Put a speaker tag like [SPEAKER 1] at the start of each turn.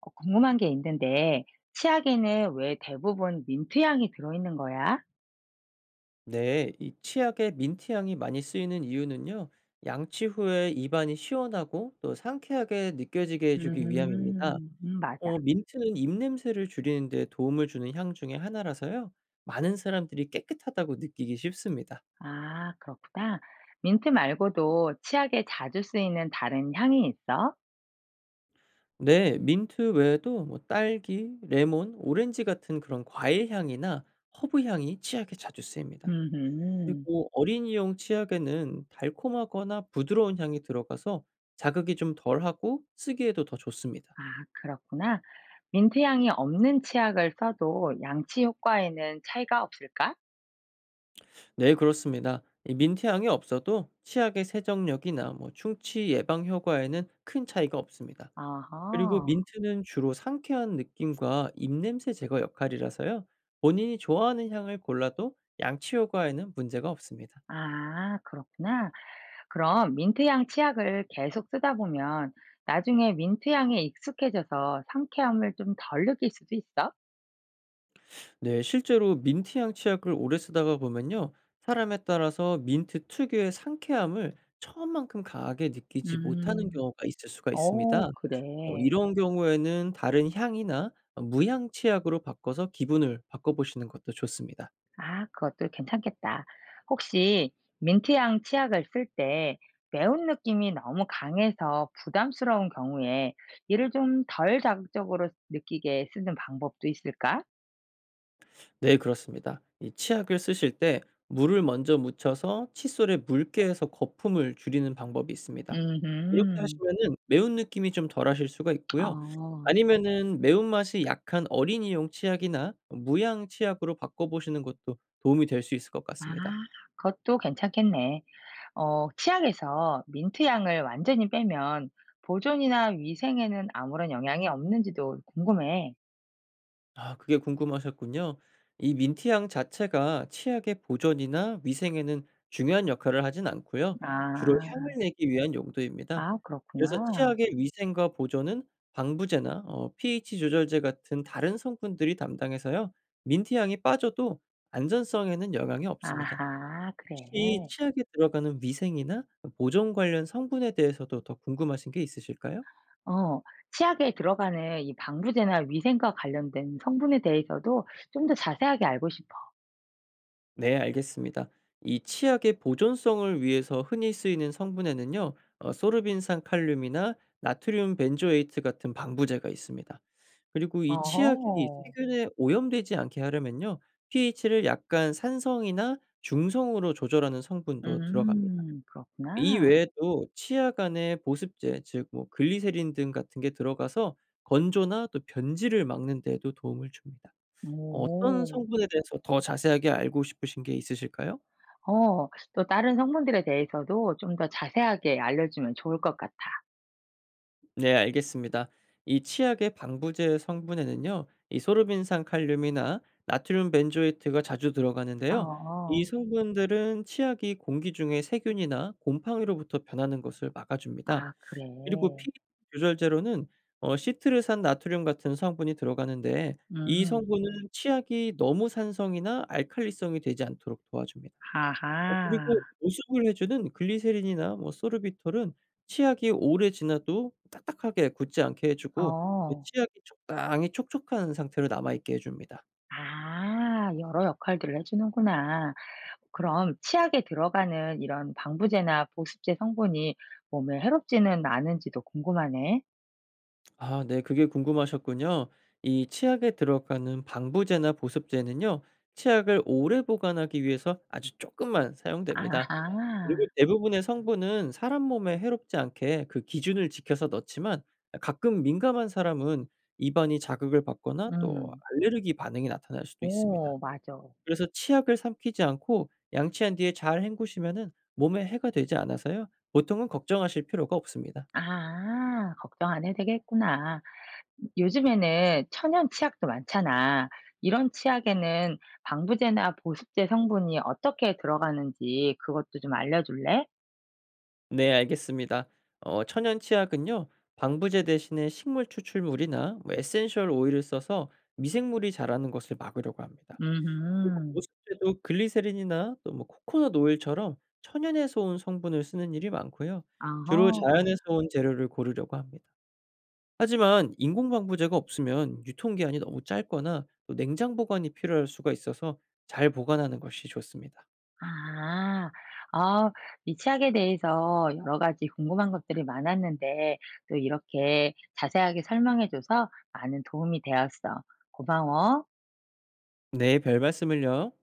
[SPEAKER 1] 궁금한 게 있는데, 치약에는 왜 대부분 민트향이 들어있는 거야?
[SPEAKER 2] 네, 이 치약에 민트향이 많이 쓰이는 이유는요, 양치 후에 입안이 시원하고 또 상쾌하게 느껴지게 해주기 위함입니다.
[SPEAKER 1] 맞아.
[SPEAKER 2] 민트는 입냄새를 줄이는 데 도움을 주는 향 중에 하나라서요, 많은 사람들이 깨끗하다고 느끼기 쉽습니다.
[SPEAKER 1] 아, 그렇구나. 민트 말고도 치약에 자주 쓰이는 다른 향이 있어?
[SPEAKER 2] 네, 민트 외에도 뭐 딸기, 레몬, 오렌지 같은 그런 과일 향이나 허브 향이 치약에 자주 쓰입니다.
[SPEAKER 1] 음,
[SPEAKER 2] 그리고 어린이용 치약에는 달콤하거나 부드러운 향이 들어가서 자극이 좀 덜하고 쓰기에도 더 좋습니다.
[SPEAKER 1] 아, 그렇구나. 민트향이 없는 치약을 써도 양치 효과에는 차이가 없을까?
[SPEAKER 2] 네, 그렇습니다. 이 민트향이 없어도 치약의 세정력이나 뭐 충치 예방 효과에는 큰 차이가 없습니다. 그리고
[SPEAKER 1] 어허.
[SPEAKER 2] 민트는 주로 상쾌한 느낌과 입냄새 제거 역할이라서요. 본인이 좋아하는 향을 골라도 양치 효과에는 문제가 없습니다.
[SPEAKER 1] 아, 그렇구나. 그럼 민트향 치약을 계속 쓰다 보면 나중에 민트향에 익숙해져서 상쾌함을 좀 덜 느낄 수도 있어?
[SPEAKER 2] 네, 실제로 민트향 치약을 오래 쓰다가 보면요. 사람에 따라서 민트 특유의 상쾌함을 처음만큼 강하게 느끼지 못하는
[SPEAKER 1] 음,
[SPEAKER 2] 경우가 있을 수가 있습니다.
[SPEAKER 1] 그래.
[SPEAKER 2] 이런 경우에는 다른 향이나 무향 치약으로 바꿔서 기분을 바꿔보시는 것도 좋습니다.
[SPEAKER 1] 아, 그것도 괜찮겠다. 혹시 민트향 치약을 쓸 때 매운 느낌이 너무 강해서 부담스러운 경우에 이를 좀 덜 자극적으로 느끼게 쓰는 방법도 있을까?
[SPEAKER 2] 네, 그렇습니다. 이 치약을 쓰실 때 물을 먼저 묻혀서 칫솔에 묽게 해서 거품을 줄이는 방법이 있습니다. 이렇게
[SPEAKER 1] 음,
[SPEAKER 2] 하시면은 매운 느낌이 좀 덜하실 수가 있고요.
[SPEAKER 1] 어,
[SPEAKER 2] 아니면은 매운맛이 약한 어린이용 치약이나 무향 치약으로 바꿔보시는 것도 도움이 될 수 있을 것
[SPEAKER 1] 아,
[SPEAKER 2] 같습니다.
[SPEAKER 1] 그것도 괜찮겠네. 치약에서 민트 향을 완전히 빼면 보존이나 위생에는 아무런 영향이 없는지도 궁금해.
[SPEAKER 2] 아 그게 궁금하셨군요. 이 민트향 자체가 치약의 보존이나 위생에는 중요한 역할을 하진 않고요. 주로
[SPEAKER 1] 아,
[SPEAKER 2] 향을 내기 위한 용도입니다.
[SPEAKER 1] 아,
[SPEAKER 2] 그래서
[SPEAKER 1] 그렇구나.
[SPEAKER 2] 치약의 위생과 보존은 방부제나 pH 조절제 같은 다른 성분들이 담당해서요. 민트향이 빠져도 안전성에는 영향이 없습니다.
[SPEAKER 1] 아하, 그래.
[SPEAKER 2] 혹시 치약에 들어가는 위생이나 보존 관련 성분에 대해서도 더 궁금하신 게 있으실까요?
[SPEAKER 1] 어, 치약에 들어가는 이 방부제나 위생과 관련된 성분에 대해서도 좀 더 자세하게 알고 싶어.
[SPEAKER 2] 네, 알겠습니다. 이 치약의 보존성을 위해서 흔히 쓰이는 성분에는요, 소르빈산 칼륨이나 나트륨 벤조에이트 같은 방부제가 있습니다. 그리고 이 치약이
[SPEAKER 1] 어허.
[SPEAKER 2] 세균에 오염되지 않게 하려면요, pH를 약간 산성이나 중성으로 조절하는 성분도 들어갑니다. 이
[SPEAKER 1] 그렇구나.
[SPEAKER 2] 외에도 치약 안에 보습제, 즉 뭐 글리세린 등 같은 게 들어가서 건조나 또 변질을 막는 데에도 도움을 줍니다. 어떤
[SPEAKER 1] 오.
[SPEAKER 2] 성분에 대해서 더 자세하게 알고 싶으신 게 있으실까요?
[SPEAKER 1] 또 다른 성분들에 대해서도 좀 더 자세하게 알려주면 좋을 것 같아.
[SPEAKER 2] 네, 알겠습니다. 이 치약의 방부제 성분에는요, 이 소르빈산 칼륨이나 나트륨 벤조이트가 자주 들어가는데요. 이
[SPEAKER 1] 어.
[SPEAKER 2] 성분들은 치약이 공기 중에 세균이나 곰팡이로부터 변하는 것을 막아줍니다.
[SPEAKER 1] 아 그래.
[SPEAKER 2] 그리고 pH 조절제로는 시트르산 나트륨 같은 성분이 들어가는데 이
[SPEAKER 1] 음.
[SPEAKER 2] 성분은 치약이 너무 산성이나 알칼리성이 되지 않도록 도와줍니다.
[SPEAKER 1] 아하.
[SPEAKER 2] 그리고 보습을 해 주는 글리세린이나 뭐 소르비톨은 치약이 오래 지나도 딱딱하게 굳지 않게 해 주고 또
[SPEAKER 1] 어.
[SPEAKER 2] 치약이 적당히 촉촉한 상태로 남아 있게 해 줍니다.
[SPEAKER 1] 아 여러 역할들을 해 주는구나. 그럼 치약에 들어가는 이런 방부제나 보습제 성분이 몸에 해롭지는 않은지도 궁금하네.
[SPEAKER 2] 아 네 그게 궁금하셨군요. 이 치약에 들어가는 방부제나 보습제는요 치약을 오래 보관하기 위해서 아주 조금만 사용됩니다. 그리고
[SPEAKER 1] 아하.
[SPEAKER 2] 대부분의 성분은 사람 몸에 해롭지 않게 그 기준을 지켜서 넣지만 가끔 민감한 사람은 입안이 자극을 받거나 또
[SPEAKER 1] 음.
[SPEAKER 2] 알레르기 반응이 나타날 수도 있습니다.
[SPEAKER 1] 오 맞아.
[SPEAKER 2] 그래서 치약을 삼키지 않고 양치한 뒤에 잘 헹구시면은 몸에 해가 되지 않아서요. 보통은 걱정하실 필요가 없습니다.
[SPEAKER 1] 아 걱정 안 해도 되겠구나. 요즘에는 천연 치약도 많잖아. 이런 치약에는 방부제나 보습제 성분이 어떻게 들어가는지 그것도 좀 알려줄래?
[SPEAKER 2] 네 알겠습니다. 천연 치약은요. 방부제 대신에 식물 추출물이나 뭐 에센셜 오일을 써서 미생물이 자라는 것을 막으려고 합니다.
[SPEAKER 1] 음
[SPEAKER 2] 그리고 보습제도 글리세린이나 또 뭐 코코넛 오일처럼 천연에서 온 성분을 쓰는 일이 많고요.
[SPEAKER 1] 어허.
[SPEAKER 2] 주로 자연에서 온 재료를 고르려고 합니다. 하지만 인공 방부제가 없으면 유통기한이 너무 짧거나 또 냉장 보관이 필요할 수가 있어서 잘 보관하는 것이 좋습니다.
[SPEAKER 1] 아, 어, 이 치약에 대해서 여러 가지 궁금한 것들이 많았는데 또 이렇게 자세하게 설명해줘서 많은 도움이 되었어. 고마워.
[SPEAKER 2] 네, 별 말씀을요.